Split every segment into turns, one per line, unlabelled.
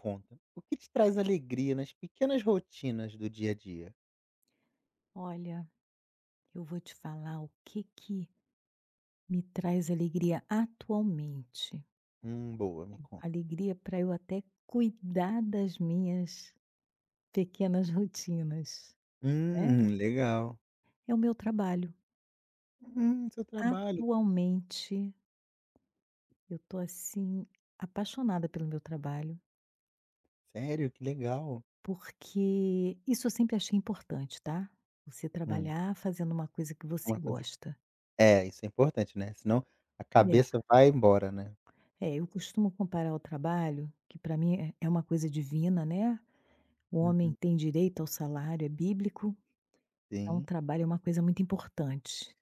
Conta. O que te traz alegria nas pequenas rotinas do dia a dia?
Olha, eu vou te falar o que que me traz alegria atualmente.
Boa, me conta.
Alegria para eu até cuidar das minhas pequenas rotinas, né?
Legal.
É o meu trabalho.
Seu trabalho.
Atualmente, eu tô assim apaixonada pelo meu trabalho,
Sério, que legal.
porque isso eu sempre achei importante, tá? Você
Hum,
trabalhar fazendo uma coisa que você
uma coisa que
gosta.
é, isso é importante, né, senão a
É,
cabeça vai embora, né.
eu costumo comparar o trabalho, que para mim é uma coisa divina, né? O homem
Uhum,
tem direito ao salário, é bíblico, então o
sim.
trabalho é uma coisa muito importante.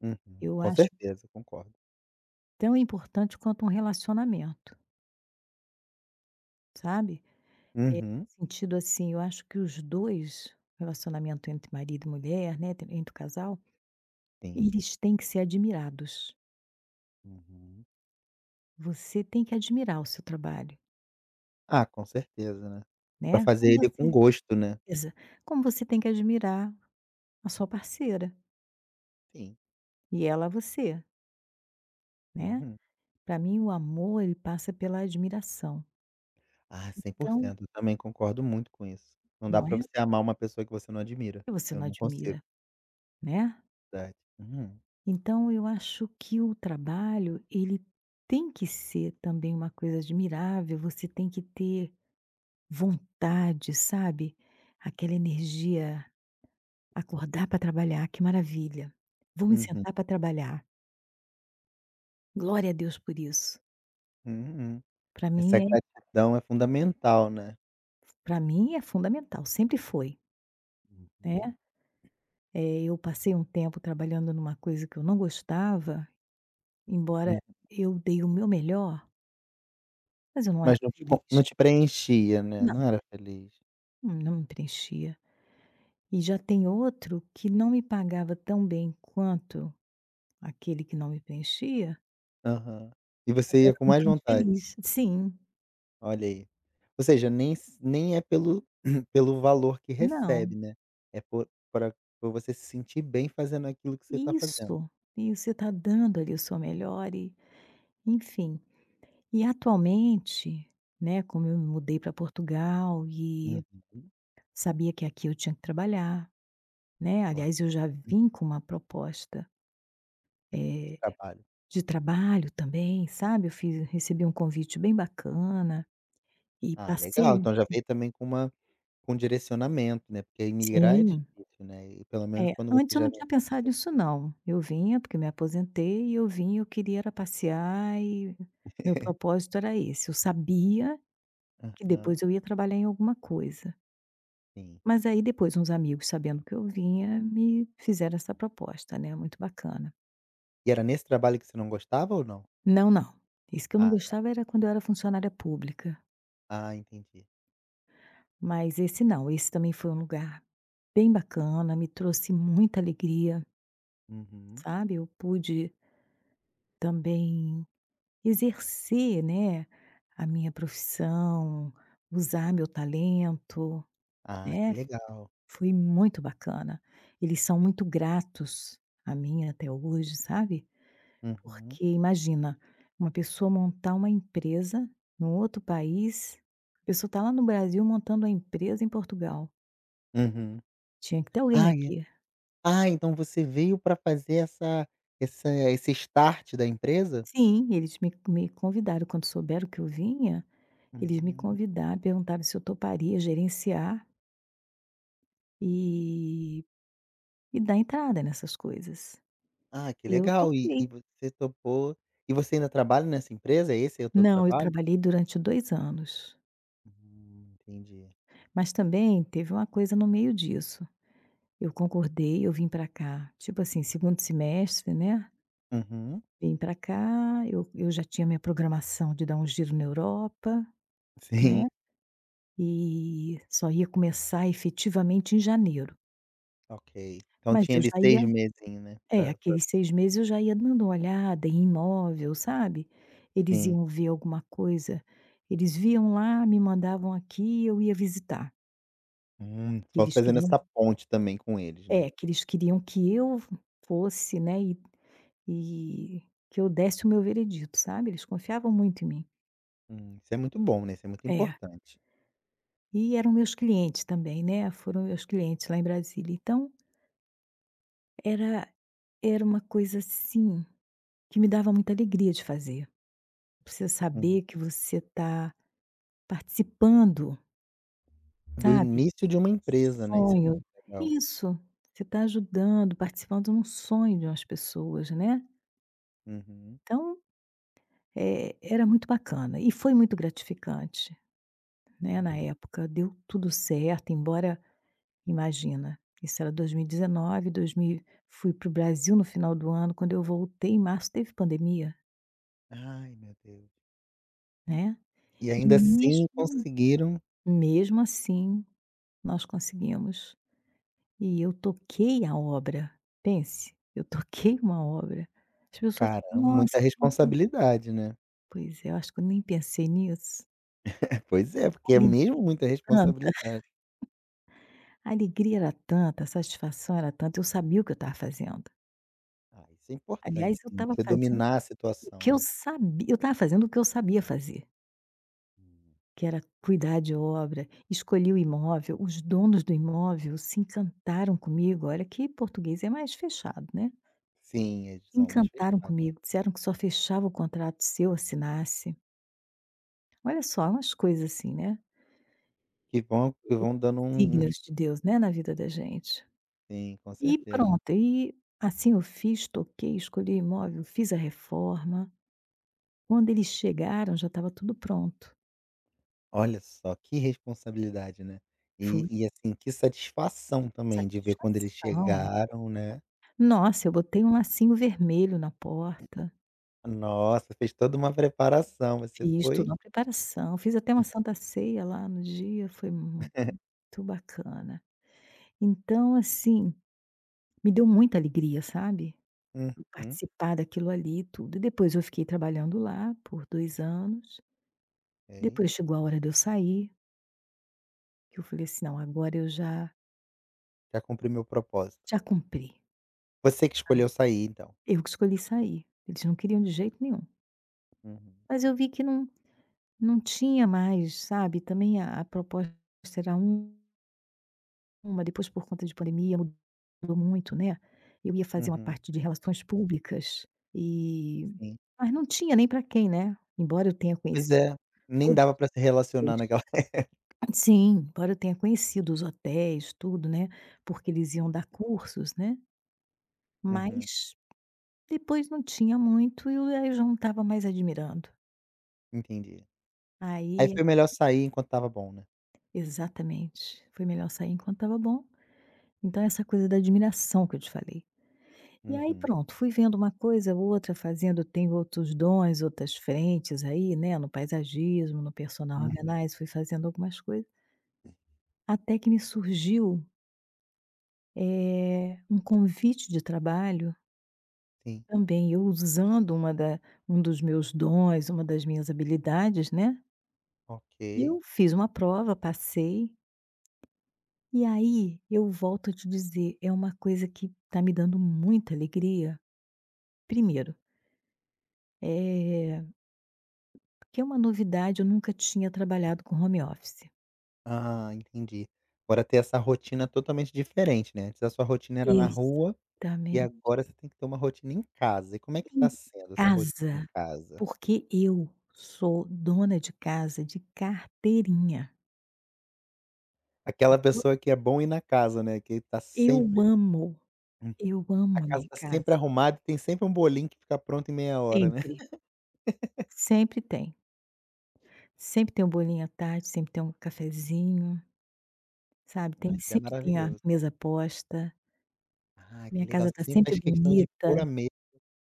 Uhum.
Eu
Com
acho
certeza, concordo.
tão importante quanto um relacionamento, sabe. É,
Uhum,
sentido assim, eu acho que os dois, relacionamento entre marido e mulher, né, entre o casal,
sim.
eles têm que ser admirados.
Uhum.
Você tem que admirar o seu trabalho,
Ah, com certeza, né. Pra
né,
fazer
como
ele com
você
gosto, né.
exa como você tem que admirar a sua parceira,
Sim.
e ela a você, né.
Uhum.
Para mim o amor ele passa pela admiração.
Ah, cem por
Então,
cento. Eu também concordo muito com isso. Não dá
não
pra
é?
você amar uma pessoa que você não admira.
Que você
Eu
não
não consigo,
admira, né.
verdade. Uhum.
Então eu acho que o trabalho, ele tem que ser também uma coisa admirável, você tem que ter vontade, sabe, aquela energia, acordar para trabalhar, que maravilha, vou me
Uhum.
sentar para trabalhar, glória a Deus por isso.
Uhum.
Para mim
Essa
é
gratidão é fundamental, né.
para mim é fundamental, sempre foi,
Uhum.
né. Eu passei um tempo trabalhando numa coisa que eu não gostava, embora
Hum.
eu dei o meu melhor, mas eu não era
Mas não te
feliz.
com não te preenchia, né, não era feliz.
Não me preenchia. E já tem outro que não me pagava tão bem quanto aquele que não me preenchia,
Aham. E
mas
você
eu
ia
era
com mais
muito mais
vontade.
feliz. Sim,
Olha aí. Ou seja, nem s nem é pelo pelo valor que
não,
recebe, né, é por você se sentir bem fazendo aquilo que você tá fazendo.
isso, e você está dando ali o seu melhor e enfim. E atualmente, né, como eu me mudei para Portugal e
Uhum.
sabia que aqui eu tinha que trabalhar, né,
Claro.
aliás eu já vim com uma proposta,
De
eh,
trabalho.
de trabalho também, sabe, eu fiz recebi um convite bem bacana e
Ah, legal.
passei.
Então já veio também com um direcionamento, né, porque imigrar é
Sim.
difícil, né, e pelo menos
É,
quando você
antes eu
já
não
vem
tinha
com essa
pensado nisso
certeza.
não. Eu vinha porque me aposentei e eu vinha, eu queria era passear e meu propósito era esse. Eu sabia que
Aham,
depois eu ia trabalhar em alguma coisa.
sim.
Mas aí depois uns amigos, sabendo que eu vinha, me fizeram essa proposta, né, muito bacana.
E era nesse trabalho que você não gostava ou não?
Não, não. Isso que eu não
Ah,
gostava era quando eu era funcionária pública,
ah, entendi.
mas esse não, esse também foi um lugar bem bacana, me trouxe muita alegria,
Uhum.
sabe. Eu pude também exercer, né, a minha profissão, usar meu talento,
Ah, que
né,
legal.
foi muito bacana. Eles são muito gratos a mim até hoje, sabe.
Uhum,
Porque imagina, uma pessoa montar uma empresa num outro país, a pessoa está lá no Brasil montando a empresa em Portugal.
uhum.
Tinha que ter alguém
Ah, é?
aqui.
Ah, então você veio para fazer essa essa esse start da empresa?
Sim, eles me convidaram quando souberam que eu vinha, eles me
Hum.
convidaram, perguntaram se eu toparia gerenciar, e E dar entrada nessas coisas.
Ah, que
E eu
legal. E
topei.
você topou e você ainda trabalha nessa empresa? É. Esse é o teu
Não, eu
trabalho?
trabalhei durante 2 anos,
Entendi.
mas também teve uma coisa no meio disso. Eu concordei, eu vim para cá, tipo assim, segundo semestre, né,
Uhum.
vim para cá, eu já tinha minha programação de dar um giro na Europa,
Sim,
né, e só ia começar efetivamente em janeiro,
ok. Então
mas
tinha
eu
ali
já ia.
6 mesinho, né,
É,
pra,
aqueles 6 meses eu já ia dando uma olhada em imóvel, sabe. Eles
sim.
iam ver alguma coisa, eles viam lá, me mandavam aqui, eu ia visitar,
Hum,
que
só
eles
fazendo
queriam
essa ponte também com eles, né.
que eles queriam que eu fosse, né, e que eu desse o meu veredito, sabe, eles confiavam muito em mim.
Isso é muito bom, né, isso é muito
É.
importante.
E eram meus clientes também, né, foram meus clientes lá em Brasília, então era era uma coisa, assim, que me dava muita alegria de fazer. Você saber
Uhum.
que você está participando,
Do
sabe,
início de uma empresa, né, isso é muito
sonho.
legal.
Isso, você está ajudando, participando de um sonho de umas pessoas, né.
Uhum,
Então, era muito bacana e foi muito gratificante, né, na
uhum.
época, deu tudo certo, embora imagina, isso era 2019, 2000 fui para o Brasil no final do ano, quando eu voltei em março teve pandemia,
Ai, meu Deus.
né.
E
E
ainda assim conseguiram.
mesmo assim, nós conseguimos. E eu toquei a obra, pense, eu toquei uma obra. As pessoas
Caramba,
falam: "Nossa,
muita
você não tem"
responsabilidade, né.
pois é, eu acho que eu nem pensei nisso.
Pois é, porque é
Ali
mesmo muita
tanta,
responsabilidade.
a alegria era tanta, a satisfação era tanta, eu sabia o que eu estava fazendo.
Ah, isso é
Aliás,
importante
eu
também,
estava
você
fazendo
dominar a
o
situação,
que eu
né.
sabia eu estava fazendo o que eu sabia fazer,
Hum.
que era cuidar de obra, escolhi o imóvel, os donos do imóvel se encantaram comigo, olha que português é mais fechado, né.
Sim, eles são mais
Encantaram
fechados.
comigo, disseram que só fechava o contrato se eu assinasse. Olha só, umas coisas assim, né,
Que vão dando um.
signos de Deus, né, na vida da gente.
Sim, com
E
certeza.
pronto, e assim eu fiz, toquei, escolhi o imóvel, fiz a reforma. Quando eles chegaram já estava tudo pronto.
Olha só, que responsabilidade, né. E
Foi
e assim, que satisfação também de ver quando eles
satisfação.
chegaram, né.
Nossa, eu botei um lacinho vermelho na porta,
Nossa, fez toda uma preparação, você
fiz tudo
foi.
uma preparação, fiz até uma santa ceia lá no dia, foi muito bacana. Então assim, me deu muita alegria, sabe?
Uhum,
Participar daquilo ali e tudo. E depois eu fiquei trabalhando lá por 2 anos,
ok,
depois chegou a hora de eu sair, que eu falei assim: "Não, agora eu já
já cumpri meu propósito.
já cumpri,
Você que
sabe,
escolheu sair então.
eu que escolhi sair". Eles não queriam de jeito nenhum.
Uhum,
Mas eu vi que não tinha mais, sabe, também a proposta era uma, depois por conta de pandemia mudou muito, né. Eu ia fazer uma
uhum,
parte de relações públicas e
sim.
mas não tinha nem para quem, né, embora eu tenha
Pois
conhecido
é, nem
todos
dava
os
pra se relacionar
dois.
naquela.
Sim, embora eu tenha conhecido os hotéis, tudo, né, porque eles iam dar cursos, né,
Uhum,
mas depois não tinha muito e eu aí já não estava mais admirando.
entendi. Aí
Aí
foi melhor sair enquanto tava bom, né.
exatamente, foi melhor sair enquanto estava bom. Então essa coisa da admiração que eu te falei. E aí
Uhum,
pronto, fui vendo uma coisa outra, fazendo, tenho outros dons, outras frentes aí, né, no paisagismo, no personal
uhum,
organizer, fui fazendo algumas coisas, até que me surgiu, um convite de trabalho
sim,
também eu usando uma da um dos meus dons, uma das minhas habilidades, né,
ok.
eu fiz uma prova, passei, e aí eu volto a te dizer, é uma coisa que está me dando muita alegria. Primeiro, é porque é uma novidade, eu nunca tinha trabalhado com home office.
Ah, entendi. Agora ter essa rotina totalmente diferente, né, antes a sua rotina era na rua, e
Também
agora você tem que ter uma rotina em casa. E como é que tá
em
sendo essa rotina em
casa,
casa?
porque eu sou dona de casa de carteirinha.
Aquela
Eu
pessoa que é bom ir na casa, né, que tá
eu
sempre.
amo,
hum,
eu
a
amo a
casa
minha
tá sempre
casa,
arrumada e tem sempre um bolinho que fica pronto em meia hora, né.
sempre. Sempre tem. Sempre tem um bolinho à tarde, sempre tem um cafezinho, sabe,
Ah,
tem
isso é
sempre tem a
maravilhoso.
mesa posta,
Ah, que
minha
legal,
casa
você
tá
sempre
sempre
faz questão de
bonita.
pôr a mesa.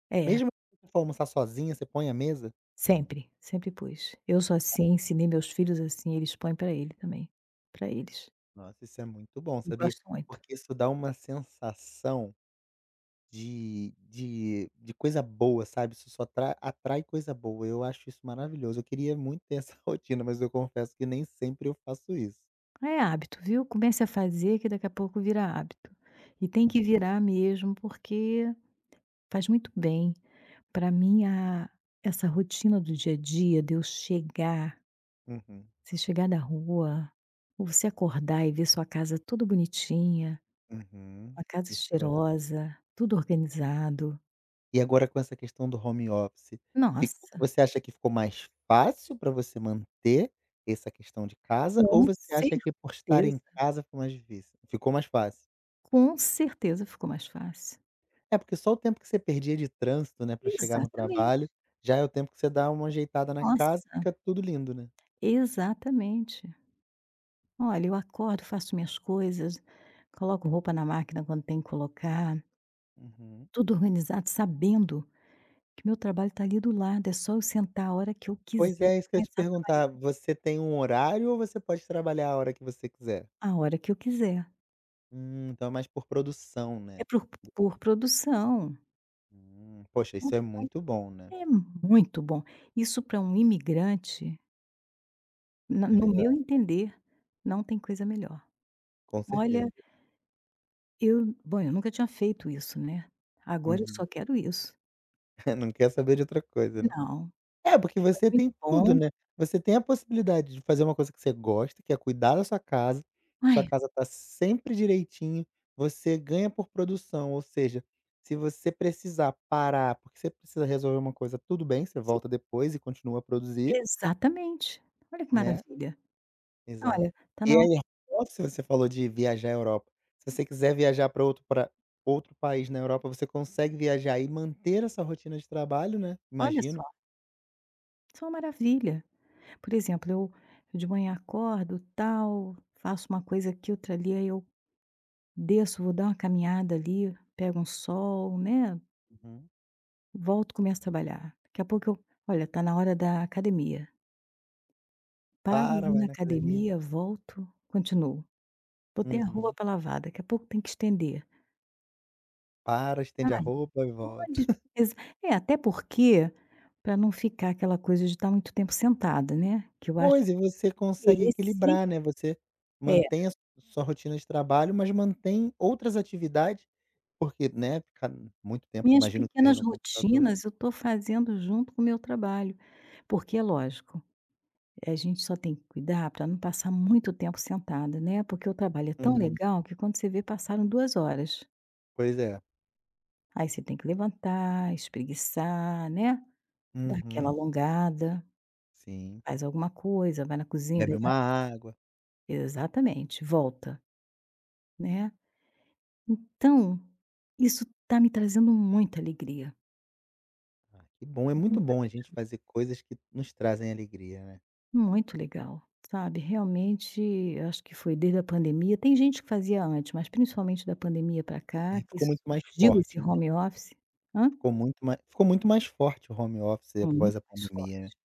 É,
Mesmo se for almoçar sozinha, você põe a mesa?
sempre, sempre pus. Eu sou assim, ensinei meus filhos assim, eles põem pra ele também, pra eles.
Nossa, isso é muito bom,
Eu
sabia.
gosto muito.
Porque isso dá uma sensação de coisa boa, sabe, isso só tra atrai coisa boa, eu acho isso maravilhoso, eu queria muito ter essa rotina, mas eu confesso que nem sempre eu faço isso.
É hábito, viu, comece a fazer que daqui a pouco vira hábito. E tem que
Hum,
virar mesmo, porque faz muito bem. Pra mim a essa rotina do dia a dia, de eu chegar
uhum,
você chegar da rua, ou você acordar e ver sua casa toda bonitinha,
uhum,
uma casa
isso é verdade.
cheirosa, tudo organizado.
E agora com essa questão do home office, ficou
Nossa,
você acha que ficou mais fácil para você manter essa questão de casa, ou
com
você acha que por estar
certeza,
em casa foi mais difícil? Ficou mais fácil.
com certeza ficou mais fácil.
É, porque só o tempo que você perdia de trânsito, né, para chegar no
Exatamente.
trabalho, já é o tempo que você dá uma ajeitada na casa e
Nossa,
fica tudo lindo, né?
exatamente. Olha, eu acordo, faço minhas coisas, coloco roupa na máquina quando tem que colocar,
Uhum.
tudo organizado, sabendo que meu trabalho está ali do lado, é só eu sentar a hora que eu
Pois
quiser,
é, isso que eu ia te
começar a trabalhar
perguntar. Você tem um horário ou você pode trabalhar a hora que você quiser?
a hora que eu quiser.
Então é mais por produção,
É
né?
por produção.
Poxa,
É um
isso é
trabalho
muito bom,
que
né?
é muito bom. Isso para um imigrante, na
É
no meu
verdade,
entender, não tem coisa melhor.
com
Olha,
certeza.
eu bom, eu nunca tinha feito isso, né. Agora eu só
Uhum.
quero isso.
Não quer saber de outra coisa, né?
Não,
É, porque
foi
você tem
muito
tudo,
bom.
né. Você tem a possibilidade de fazer uma coisa que você gosta, que é cuidar da
Ai,
sua casa tá sempre direitinho, você ganha por produção, ou seja, se você precisar parar porque você precisa resolver uma coisa, tudo bem, você
sim,
volta depois e continua a produzir,
exatamente. Olha que
né.
maravilha.
Exato.
Olha, tá
E
na hora,
aí, se você falou de viajar à Europa, se você quiser viajar para outro pra outro país na Europa, você consegue viajar e manter essa rotina de trabalho, né,
olha
imagino.
só, isso é uma maravilha. Por exemplo, eu de manhã acordo, tal, faço uma coisa aqui, outra ali, aí eu desço, vou dar uma caminhada ali, pego um sol, né,
Uhum.
volto, começo a trabalhar. Daqui a pouco eu: "Olha, tá na hora da academia". Paro,
Para,
vou
vai
na
na academia.
academia, volto, continuo. Botei a roupa
Uhum.
para lavar, daqui a pouco tem que estender.
Para, estende a
Sabe,
roupa e volta.
onde exa é, até porque, para não ficar aquela coisa de estar muito tempo sentada, né, que eu acho
Pois, e você
que
consegue
esse
equilibrar, né, você
é,
mantém a s sua rotina de trabalho, mas mantém outras atividades, porque, né, ficar muito tempo,
minhas
imagino que seja
pequenas
no computador.
rotinas eu tô fazendo junto com o meu trabalho, porque é lógico, a gente só tem que cuidar para não passar muito tempo sentada, né? Porque o trabalho é tão
Uhum.
legal que quando você vê, passaram 2 horas.
Pois é.
Aí você tem que levantar, espreguiçar, né, dar aquela
Uhum.
alongada,
Sim.
faz alguma coisa, vai na cozinha
Bebe uma
pegar
água.
exatamente, volta, né. Então, isso está me trazendo muita alegria,
Ah, que bom, é muito
muita.
bom a gente fazer coisas que nos trazem alegria, né.
Muito legal, sabe, realmente acho que foi desde a pandemia, tem gente que fazia antes, mas principalmente da pandemia para
É,
cá que
ficou muito mais
surgiu esse
forte, né,
home office. Hã?
ficou muito mais forte o home office após
Muito
a
mais
pandemia, né.
forte.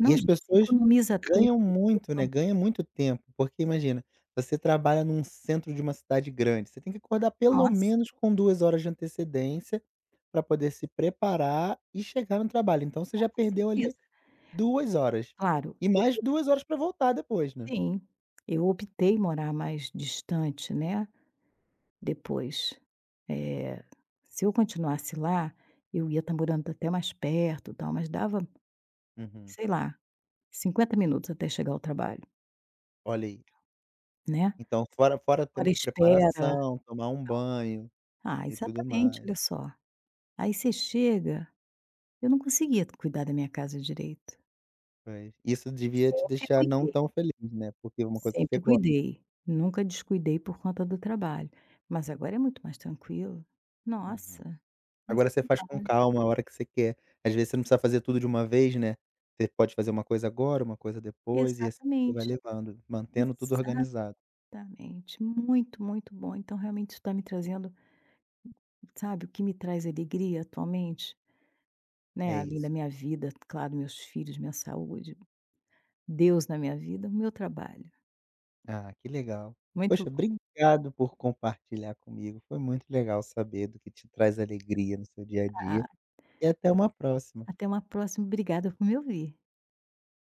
E as
gente, você
pessoas
economiza tempo,
ganham muito, né,
roupa,
ganha muito tempo, porque imagina, você trabalha num centro de uma cidade grande, você tem que acordar pelo
nossa,
menos com 2 horas de antecedência para poder se preparar e chegar no trabalho, então você
não,
já
com
perdeu ali
certeza.
2 horas,
Claro,
e
eu
mais 2 horas para voltar depois, né.
tenho, eu optei morar mais distante, né, depois, eh, se eu continuasse lá, eu ia estar morando até mais perto tal, mas dava,
Uhum.
sei lá, 50 minutos até chegar ao trabalho,
Olha aí,
né.
então fora
Hora
tempo de
espera.
preparação, tomar um banho
Ah,
e tudo
exatamente,
mais.
olha só. Aí você chega, eu não conseguia cuidar da minha casa direito.
Pois, isso devia te
Sempre
deixar não
cuidei,
tão feliz, né, porque é uma coisa que
sempre
você gosta.
cuidei. Nunca descuidei por conta do trabalho. Mas agora é muito mais tranquilo.
Uhum.
Nossa, nem se
Agora você faz com
compara.
calma, a hora que você quer. Às vezes você não precisa fazer tudo de uma vez, né. Você pode fazer uma coisa agora, uma coisa depois, e assim você vai
Exatamente,
levando, mantendo tudo organizado.
exatamente. Muito, muito bom. Então realmente está me trazendo, sabe, o que me traz alegria atualmente, né,
É
além da
isso.
minha vida, claro, meus filhos, minha saúde, Deus na minha vida, o meu trabalho.
Ah, que legal.
Muito.
Poxa, obrigado por compartilhar comigo. Foi muito legal saber do que te traz alegria no seu dia a
Ah,
dia, e até uma próxima.
até uma próxima. Obrigada por me ouvir.